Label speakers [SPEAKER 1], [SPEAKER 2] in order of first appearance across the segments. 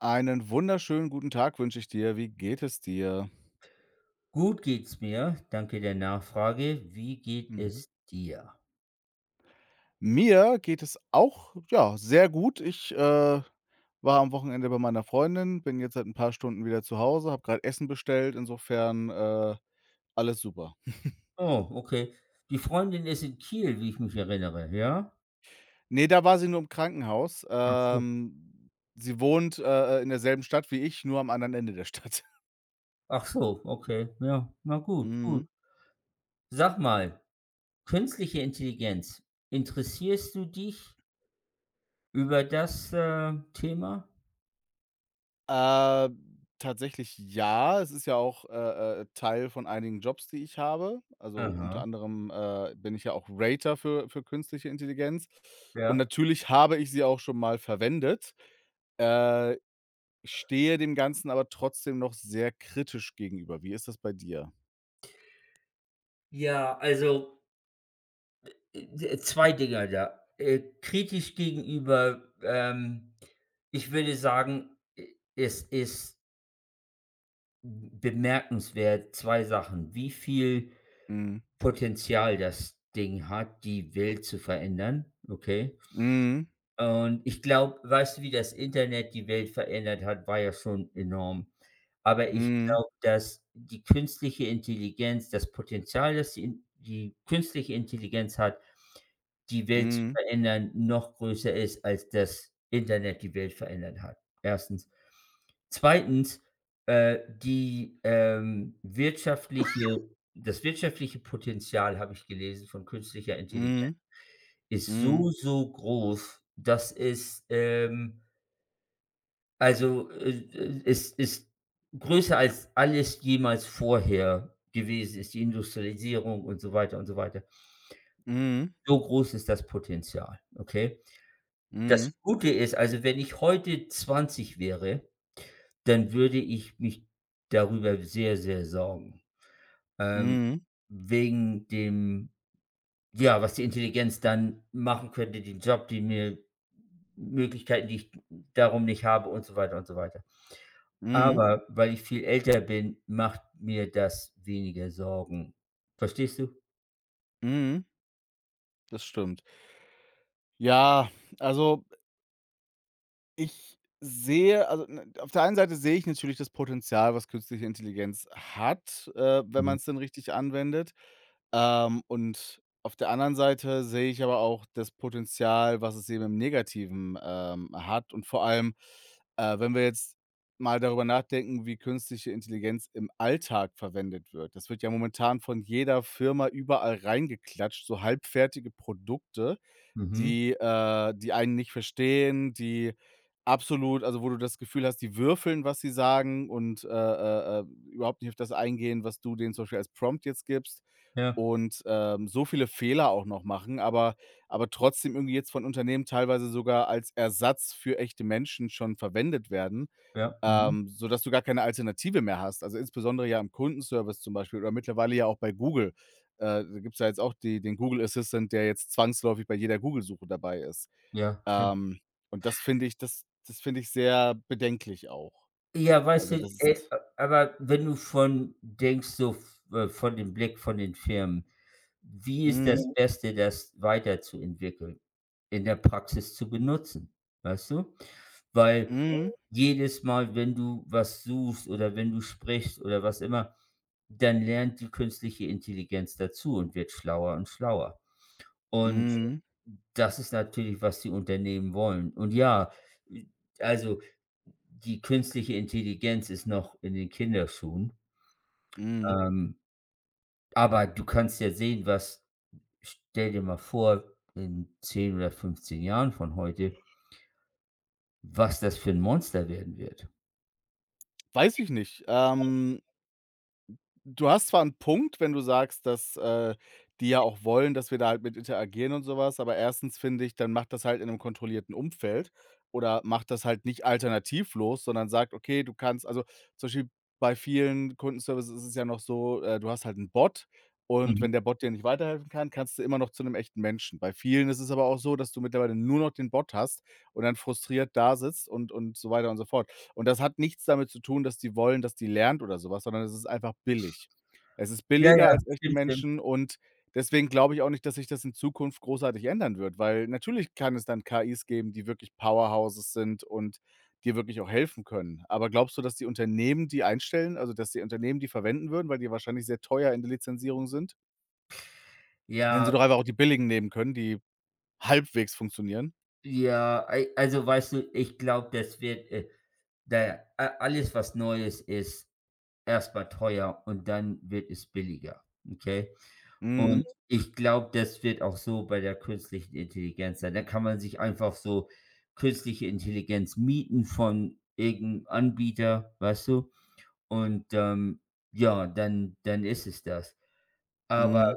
[SPEAKER 1] Einen wunderschönen guten Tag wünsche ich dir. Wie geht es dir?
[SPEAKER 2] Gut geht's mir, danke der Nachfrage. Wie geht
[SPEAKER 1] Mhm.
[SPEAKER 2] es dir?
[SPEAKER 1] Mir geht es auch, ja, sehr gut. Ich war am Wochenende bei meiner Freundin, bin jetzt seit ein paar Stunden wieder zu Hause, habe gerade Essen bestellt, insofern, alles super.
[SPEAKER 2] Oh, okay. Die Freundin ist in Kiel, wie ich mich erinnere, ja?
[SPEAKER 1] Ne, da war sie nur im Krankenhaus.
[SPEAKER 2] Ach so.
[SPEAKER 1] Sie wohnt in derselben Stadt wie ich, nur am anderen Ende der Stadt.
[SPEAKER 2] Ach so, okay, ja, na gut, gut.
[SPEAKER 1] Mhm.
[SPEAKER 2] Sag mal, künstliche Intelligenz, interessierst du dich über das, Thema?
[SPEAKER 1] Äh, Tatsächlich ja. Es ist ja auch Teil von einigen Jobs, die ich habe. Also, unter
[SPEAKER 2] Aha,
[SPEAKER 1] anderem, bin ich ja auch Rater für künstliche Intelligenz. Und
[SPEAKER 2] ja.
[SPEAKER 1] natürlich habe ich sie auch schon mal verwendet, äh, stehe dem Ganzen aber trotzdem noch sehr kritisch gegenüber. Wie ist das bei dir?
[SPEAKER 2] Ja, also, äh, zwei Dinger da. Kritisch gegenüber, ich würde sagen, e es ist bemerkenswert. Zwei Sachen. Wie viel
[SPEAKER 1] Mhm.
[SPEAKER 2] Potenzial das Ding hat, die Welt zu verändern, okay?
[SPEAKER 1] Mhm.
[SPEAKER 2] Und ich glaube, weißt du, wie das Internet die Welt verändert hat, war ja schon enorm. Aber ich
[SPEAKER 1] Mhm.
[SPEAKER 2] glaube, dass die künstliche Intelligenz das Potenzial, das die künstliche Intelligenz hat, die Welt zu verändern, noch größer ist, als das Internet die Welt verändert hat. Erstens, zweitens, die, wirtschaftliche das wirtschaftliche Potenzial, habe ich gelesen, von künstlicher Intelligenz
[SPEAKER 1] Mhm.
[SPEAKER 2] ist
[SPEAKER 1] Mhm.
[SPEAKER 2] so, so groß, dass es also, es ist größer als alles jemals vorher gewesen ist, die Industrialisierung und so weiter und so weiter.
[SPEAKER 1] Mhm.
[SPEAKER 2] So groß ist das Potenzial, okay?
[SPEAKER 1] Mhm. Mhm.
[SPEAKER 2] Das Gute ist, also, wenn ich heute 20 wäre, dann würde ich mich darüber sehr, sehr sorgen. Ähm,
[SPEAKER 1] Mhm.
[SPEAKER 2] wegen dem ja, was die Intelligenz dann machen könnte, den Job, die mir Möglichkeiten, die ich darum nicht habe und so weiter und so weiter.
[SPEAKER 1] Mhm.
[SPEAKER 2] Aber weil ich viel älter bin, macht mir das weniger Sorgen. Verstehst du?
[SPEAKER 1] Mhm. Das stimmt. Ja, also ich sehe also, ne, auf der einen Seite sehe ich natürlich das Potenzial, was künstliche Intelligenz hat, wenn man
[SPEAKER 2] Mhm.
[SPEAKER 1] es dann richtig anwendet. Und auf der anderen Seite sehe ich aber auch das Potenzial, was es eben im Negativen, hat. Und vor allem, wenn wir jetzt mal darüber nachdenken, wie künstliche Intelligenz im Alltag verwendet wird. Das wird ja momentan von jeder Firma überall reingeklatscht, so halbfertige Produkte
[SPEAKER 2] Mhm.
[SPEAKER 1] die einen nicht verstehen, die absolut also, wo du das Gefühl hast, die würfeln, was sie sagen und überhaupt nicht auf das eingehen, was du denen zum Beispiel als Prompt jetzt gibst
[SPEAKER 2] Ja,
[SPEAKER 1] und so viele Fehler auch noch machen, aber trotzdem irgendwie jetzt von Unternehmen teilweise sogar als Ersatz für echte Menschen schon verwendet werden
[SPEAKER 2] ja, mhm.
[SPEAKER 1] ähm, sodass du gar keine Alternative mehr hast. Also, insbesondere ja im Kundenservice zum Beispiel oder mittlerweile ja auch bei Google. Da gibt es ja jetzt auch die den Google Assistant, der jetzt zwangsläufig bei jeder Google-Suche dabei ist.
[SPEAKER 2] Ja, stimmt.
[SPEAKER 1] Ähm, und das finde ich sehr bedenklich auch.
[SPEAKER 2] Ja, weißt
[SPEAKER 1] Also,
[SPEAKER 2] du,
[SPEAKER 1] das
[SPEAKER 2] äh,
[SPEAKER 1] ist.
[SPEAKER 2] aber wenn du von denkst, so v von dem Blick von den Firmen, wie ist das
[SPEAKER 1] Mhm.
[SPEAKER 2] Beste, das weiterzuentwickeln, in der Praxis zu benutzen, weißt du? Weil
[SPEAKER 1] Mhm.
[SPEAKER 2] jedes Mal, wenn du was suchst oder wenn du sprichst oder was immer, dann lernt die künstliche Intelligenz dazu und wird schlauer und schlauer. Und
[SPEAKER 1] Mhm.
[SPEAKER 2] das ist natürlich, was die Unternehmen wollen. Und ja, also die künstliche Intelligenz ist noch in den Kinderschuhen,
[SPEAKER 1] Mhm.
[SPEAKER 2] ähm, aber du kannst ja sehen, was stell dir mal vor, in 10 oder 15 Jahren von heute, was das für ein Monster werden wird.
[SPEAKER 1] Weiß ich nicht. Du hast zwar 'n Punkt, wenn du sagst, dass die ja auch wollen, dass wir da halt mit interagieren und so was, aber erstens finde ich, dann macht das halt in 'nem kontrollierten Umfeld oder macht das halt nicht alternativlos, sondern sagt: „Okay, du kannst“ also, zum Beispiel bei vielen Kundenservices ist es ja noch so, du hast halt 'n Bot und
[SPEAKER 2] Mhm.
[SPEAKER 1] wenn der Bot dir nicht weiterhelfen kann, kannst du immer noch zu 'nem echten Menschen. Bei vielen ist es aber auch so, dass du mittlerweile nur noch den Bot hast und dann frustriert dasitzt und so weiter und so fort. Und das hat nichts damit zu tun, dass die wollen, dass die lernt oder sowas, sondern es ist einfach billig. Es ist
[SPEAKER 2] Ja,
[SPEAKER 1] billiger
[SPEAKER 2] ja,
[SPEAKER 1] als echte
[SPEAKER 2] stimmt, stimmt.
[SPEAKER 1] Menschen und deswegen glaube ich auch nicht, dass sich das in Zukunft großartig ändern wird, weil natürlich kann es dann KIs geben, die wirklich Powerhouses sind und dir wirklich auch helfen können. Aber glaubst du, dass die Unternehmen die einstellen, also, dass die Unternehmen die verwenden würden, weil die wahrscheinlich sehr teuer in der Lizenzierung sind? Wenn sie
[SPEAKER 2] Ja,
[SPEAKER 1] doch einfach auch die billigen nehmen können, die halbwegs funktionieren.
[SPEAKER 2] ja, ei also, weißt du, ich glaube, das wird, da a alles, was Neues ist, erst mal teuer und dann wird es billiger, okay? Und
[SPEAKER 1] Mhm,
[SPEAKER 2] ich glaube, das wird auch so bei der künstlichen Intelligenz sein. Da kann man sich einfach so künstliche Intelligenz mieten von irgendeinem Anbieter, weißt du? Und, ja, dann ist es das. Aber
[SPEAKER 1] mhm,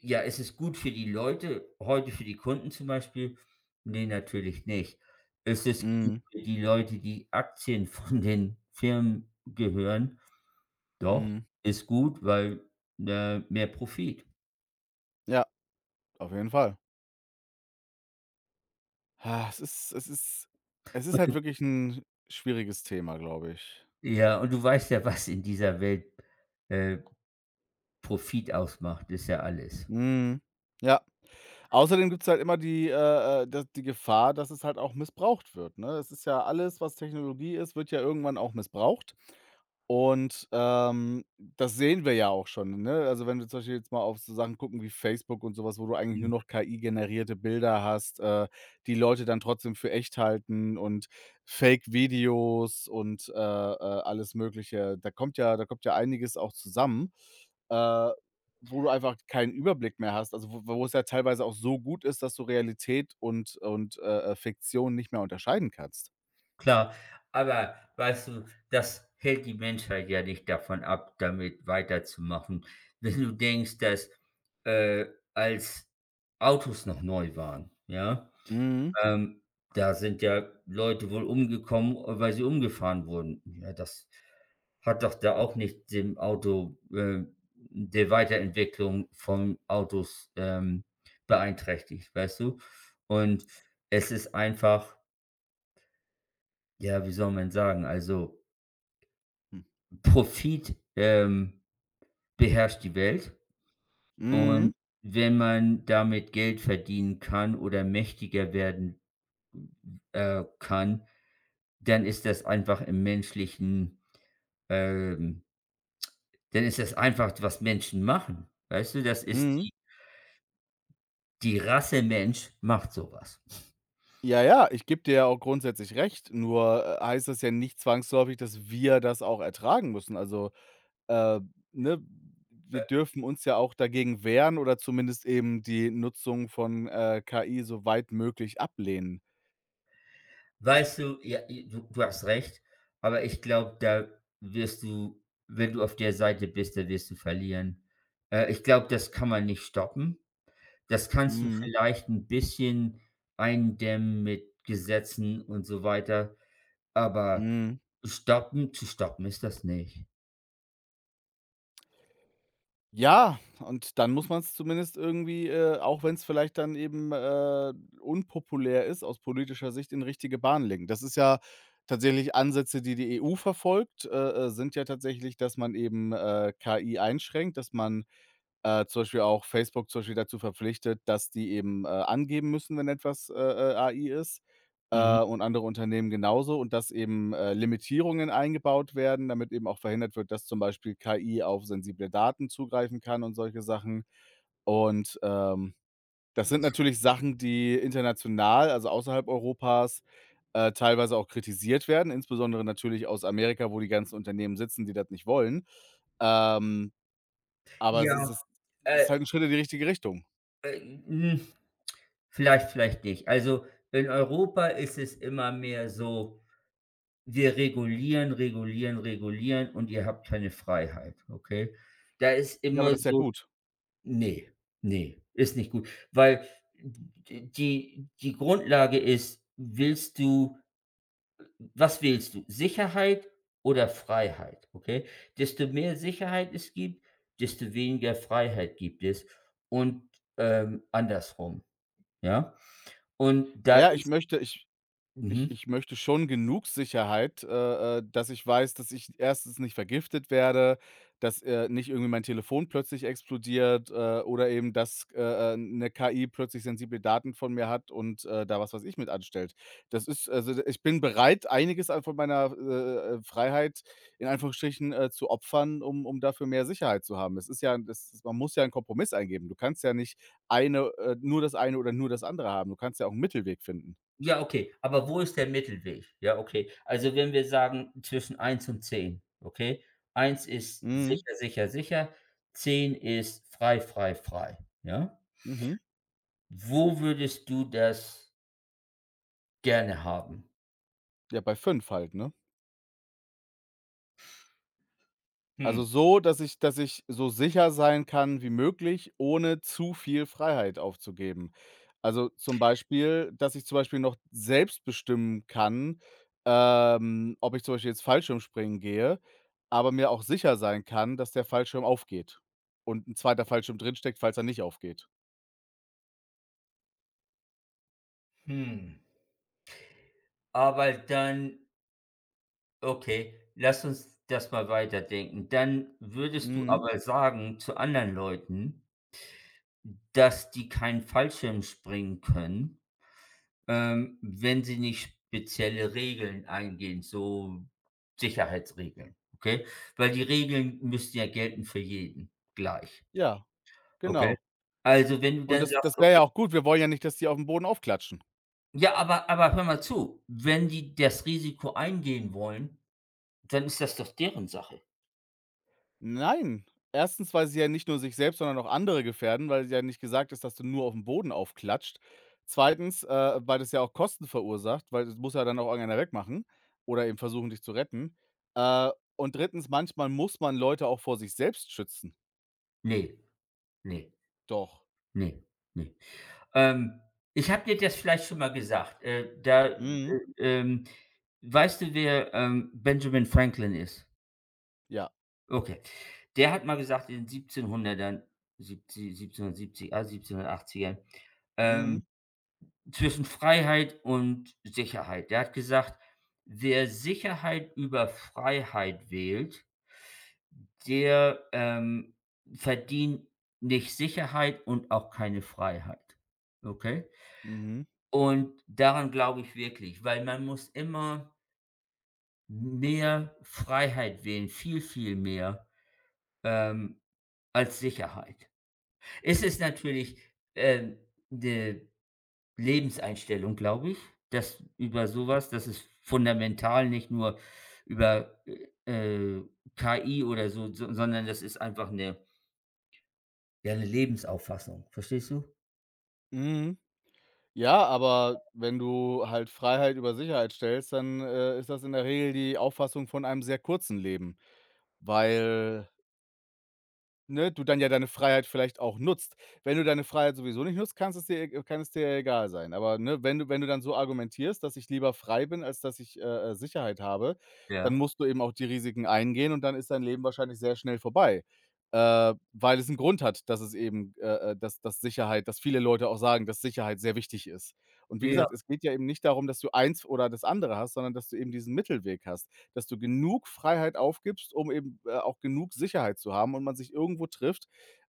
[SPEAKER 2] ja, ist es gut für die Leute heute für die Kunden zum Beispiel? Nee, natürlich nicht. Ist es gut
[SPEAKER 1] mhm,
[SPEAKER 2] für die Leute, die Aktien von den Firmen gehören? Doch,
[SPEAKER 1] mhm.
[SPEAKER 2] ist gut, weil, mehr Profit.
[SPEAKER 1] Ja, auf jeden Fall. Ha, es ist halt wirklich ein schwieriges Thema, glaube ich.
[SPEAKER 2] Ja, und du weißt ja, was in dieser Welt, äh, Profit ausmacht, ist ja alles.
[SPEAKER 1] Mhm. Ja. Außerdem gibt es halt immer die Gefahr, dass es halt auch missbraucht wird, ne? Es ist ja alles, was Technologie ist, wird ja irgendwann auch missbraucht. Und, das sehen wir ja auch schon, ne? Also, wenn wir zum Beispiel jetzt mal auf so Sachen gucken wie Facebook und sowas, wo du eigentlich nur
[SPEAKER 2] Mhm.
[SPEAKER 1] noch KI-generierte Bilder hast, die Leute dann trotzdem für echt halten und Fake-Videos und alles Mögliche. Da kommt ja einiges auch zusammen. Äh Wo du einfach keinen Überblick mehr hast, also wo es ja teilweise auch so gut ist, dass du Realität und Fiktion nicht mehr unterscheiden kannst.
[SPEAKER 2] Klar, aber weißt du, das hält die Menschheit ja nicht davon ab, damit weiterzumachen. Wenn du denkst, dass, äh, als Autos noch neu waren, ja?
[SPEAKER 1] Mhm.
[SPEAKER 2] Ähm, da sind ja Leute wohl umgekommen, weil sie umgefahren wurden. Ja, das hat doch da auch nicht der Weiterentwicklung von Autos, beeinträchtigt, weißt du? Und es ist einfach, ja, wie soll man sagen, also
[SPEAKER 1] Hm.
[SPEAKER 2] Profit, beherrscht die Welt und
[SPEAKER 1] Mhm.
[SPEAKER 2] wenn man damit Geld verdienen kann oder mächtiger werden, kann, dann ist das einfach im menschlichen ähm, dann ist das einfach, was Menschen machen. Weißt du, das ist
[SPEAKER 1] Mhm.
[SPEAKER 2] die Rasse Mensch macht sowas.
[SPEAKER 1] Ja, ja, ich gebe dir ja auch grundsätzlich recht, nur, heißt das ja nicht zwangsläufig, dass wir das auch ertragen müssen. Also, äh, ne,
[SPEAKER 2] Äh,
[SPEAKER 1] wir dürfen uns ja auch dagegen wehren oder zumindest eben die Nutzung von KI so weit möglich ablehnen.
[SPEAKER 2] weißt du, ja, i du du hast recht, aber ich glaube, da wirst du wenn du auf der Seite bist, da wirst du verlieren. Ich glaube, das kann man nicht stoppen. Das kannst du
[SPEAKER 1] Mhm.
[SPEAKER 2] vielleicht ein bisschen eindämmen mit Gesetzen und so weiter, aber
[SPEAKER 1] Mhm.
[SPEAKER 2] stoppen zu stoppen ist das nicht.
[SPEAKER 1] Ja, und dann muss man es zumindest irgendwie, auch wenn es vielleicht dann eben unpopulär ist, aus politischer Sicht in richtige Bahn lenken. Das ist ja tatsächlich Ansätze, die die EU verfolgt, sind ja tatsächlich, dass man eben KI einschränkt, dass man zum Beispiel auch Facebook zum Beispiel dazu verpflichtet, dass die eben angeben müssen, wenn etwas AI ist,
[SPEAKER 2] Mhm.
[SPEAKER 1] äh, und andere Unternehmen genauso und dass eben Limitierungen eingebaut werden, damit eben auch verhindert wird, dass zum Beispiel KI auf sensible Daten zugreifen kann und solche Sachen. Und, das sind natürlich Sachen, die international, also außerhalb Europas, teilweise auch kritisiert werden, insbesondere natürlich aus Amerika, wo die ganzen Unternehmen sitzen, die das nicht wollen. Ähm aber es ist
[SPEAKER 2] Ja,
[SPEAKER 1] es
[SPEAKER 2] äh,
[SPEAKER 1] ist halt 'n Schritt in die richtige Richtung.
[SPEAKER 2] äh, hm, vielleicht, vielleicht nicht. Also, in Europa ist es immer mehr so: Wir regulieren, regulieren, regulieren und ihr habt keine Freiheit, okay? Da ist
[SPEAKER 1] Ja, aber
[SPEAKER 2] immer
[SPEAKER 1] das ist ja
[SPEAKER 2] so.
[SPEAKER 1] gut.
[SPEAKER 2] Ne, ne, ist nicht gut, weil die Grundlage ist, willst du was willst du? Sicherheit oder Freiheit, okay? Desto mehr Sicherheit es gibt, desto weniger Freiheit gibt es und, andersrum, ja? Und
[SPEAKER 1] Na
[SPEAKER 2] da
[SPEAKER 1] ja, ich
[SPEAKER 2] ist
[SPEAKER 1] möchte ich Ich
[SPEAKER 2] mhm.
[SPEAKER 1] ich möchte schon genug Sicherheit, dass ich weiß, dass ich erstens nicht vergiftet werde, dass nicht irgendwie mein Telefon plötzlich explodiert, oder eben, dass 'ne KI plötzlich sensible Daten von mir hat und da was ich mit anstellt. Das ist also, d ich bin bereit, einiges an von meiner Freiheit in Anführungsstrichen, zu opfern, um dafür mehr Sicherheit zu haben. Es ist ja das ist, man muss ja einen Kompromiss eingehen. Du kannst ja nicht eine nur das eine oder nur das andere haben. Du kannst ja auch einen Mittelweg finden.
[SPEAKER 2] Ja, okay, aber wo ist der Mittelweg? Ja, okay. Also, wenn wir sagen zwischen eins und zehn, okay? Eins ist
[SPEAKER 1] Mhm.
[SPEAKER 2] sicher, sicher, sicher, 10 ist frei, frei, frei, ja?
[SPEAKER 1] Mhm.
[SPEAKER 2] Wo würdest du das gerne haben?
[SPEAKER 1] Ja, bei 5 halt, ne? Also
[SPEAKER 2] Hm,
[SPEAKER 1] so, dass ich so sicher sein kann wie möglich, ohne zu viel Freiheit aufzugeben. Also zum Beispiel, dass ich zum Beispiel noch selbst bestimmen kann, ob ich zum Beispiel jetzt Fallschirmspringen gehe, aber mir auch sicher sein kann, dass der Fallschirm aufgeht und ein zweiter Fallschirm drinsteckt, falls er nicht aufgeht.
[SPEAKER 2] hm. Aber dann Okay, lass uns das mal weiterdenken. Dann würdest du
[SPEAKER 1] Mhm.
[SPEAKER 2] aber sagen zu anderen Leuten, dass die keinen Fallschirm springen können, wenn sie nicht spezielle Regeln eingehen, so Sicherheitsregeln, okay? Weil die Regeln müssen ja gelten für jeden gleich,
[SPEAKER 1] Ja,
[SPEAKER 2] okay?
[SPEAKER 1] genau.
[SPEAKER 2] Also, wenn du
[SPEAKER 1] Und
[SPEAKER 2] dann
[SPEAKER 1] das
[SPEAKER 2] sagst:
[SPEAKER 1] das wäre ja
[SPEAKER 2] „Okay."
[SPEAKER 1] auch gut. Wir wollen ja nicht, dass die auf dem Boden aufklatschen.
[SPEAKER 2] Ja, aber hör mal zu, wenn die das Risiko eingehen wollen, dann ist das doch deren Sache.
[SPEAKER 1] Nein. Erstens, weil sie ja nicht nur sich selbst, sondern auch andere gefährden, weil ja nicht gesagt ist, dass du nur auf dem Boden aufklatscht. Zweitens, weil das ja auch Kosten verursacht, weil das muss ja dann auch irgendeiner wegmachen oder eben versuchen, dich zu retten. Äh, und drittens, manchmal muss man Leute auch vor sich selbst schützen.
[SPEAKER 2] Ne, ne,
[SPEAKER 1] Doch.
[SPEAKER 2] ne, ne. Ähm, ich habe dir das vielleicht schon mal gesagt.
[SPEAKER 1] Mhm.
[SPEAKER 2] Ähm weißt du, wer, Benjamin Franklin ist?
[SPEAKER 1] Ja.
[SPEAKER 2] Okay. Der hat mal gesagt in den 1700 siebzig 1770, ah, 1780 ähm,
[SPEAKER 1] Mhm.
[SPEAKER 2] zwischen Freiheit und Sicherheit. Der hat gesagt: „Wer Sicherheit über Freiheit wählt, der, verdient nicht Sicherheit und auch keine Freiheit." Okay?
[SPEAKER 1] Mhm.
[SPEAKER 2] Und daran glaube ich wirklich, weil man muss immer mehr Freiheit wählen, viel, viel mehr, ähm, als Sicherheit. Es ist natürlich, ähm, 'ne Lebenseinstellung, glaube ich, dass über sowas, das ist fundamental, nicht nur über, äh, KI oder so, sondern das ist einfach 'ne Lebensauffassung. Verstehst du?
[SPEAKER 1] Mhm. Ja, aber wenn du halt Freiheit über Sicherheit stellst, dann, ist das in der Regel die Auffassung von einem sehr kurzen Leben, weil ne, du dann ja deine Freiheit vielleicht auch nutzt. Wenn du deine Freiheit sowieso nicht nutzt, kann es dir ja egal sein. Aber, ne, wenn du dann so argumentierst, dass ich lieber frei bin, als dass ich Sicherheit habe, dann
[SPEAKER 2] Ja.
[SPEAKER 1] musst du eben auch die Risiken eingehen und dann ist dein Leben wahrscheinlich sehr schnell vorbei, weil es 'n Grund hat, dass viele Leute auch sagen, dass Sicherheit sehr wichtig ist. Und wie
[SPEAKER 2] Ja,
[SPEAKER 1] gesagt, es geht ja eben nicht darum, dass du eins oder das andere hast, sondern dass du eben diesen Mittelweg hast, dass du genug Freiheit aufgibst, um eben auch genug Sicherheit zu haben und man sich irgendwo trifft.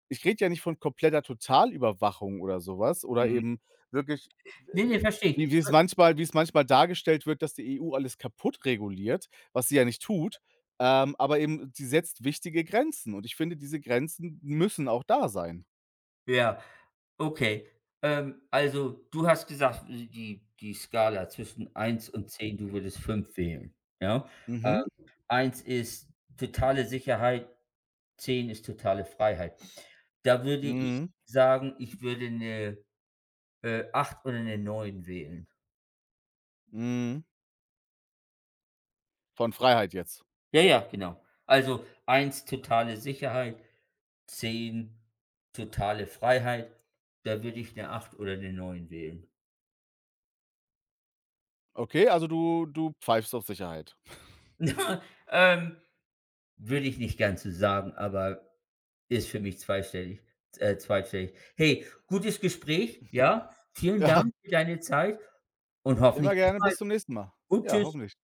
[SPEAKER 1] Ich rede ja nicht von kompletter Totalüberwachung oder sowas oder
[SPEAKER 2] mhm.
[SPEAKER 1] eben wirklich,
[SPEAKER 2] Ne, ne,
[SPEAKER 1] d
[SPEAKER 2] verstehe ich.
[SPEAKER 1] wie es manchmal dargestellt wird, dass die EU alles kaputt reguliert, was sie ja nicht tut, aber eben sie setzt wichtige Grenzen und ich finde, diese Grenzen müssen auch da sein.
[SPEAKER 2] Ja, okay. Also, du hast gesagt, die Skala zwischen eins und zehn, du würdest 5 wählen, ja? Ähm,
[SPEAKER 1] Mhm.
[SPEAKER 2] 1 ist totale Sicherheit, 10 ist totale Freiheit. Da würde ich
[SPEAKER 1] Mhm.
[SPEAKER 2] sagen, ich würde eine 8 oder eine neun wählen.
[SPEAKER 1] Mhm. Von Freiheit jetzt.
[SPEAKER 2] Ja, ja, genau. Also, eins totale Sicherheit, 10 totale Freiheit. Da würde ich eine acht oder eine neun wählen.
[SPEAKER 1] Okay, also du pfeifst auf Sicherheit.
[SPEAKER 2] Ähm Würde ich nicht gern zu sagen, aber ist für mich zweistellig. Hey, gutes Gespräch, ja? Vielen
[SPEAKER 1] Ja,
[SPEAKER 2] Dank für deine Zeit und
[SPEAKER 1] immer
[SPEAKER 2] hoffentlich bis
[SPEAKER 1] gerne, bis
[SPEAKER 2] bald
[SPEAKER 1] zum nächsten Mal.
[SPEAKER 2] und
[SPEAKER 1] Ja,
[SPEAKER 2] tschüss.
[SPEAKER 1] hoffentlich.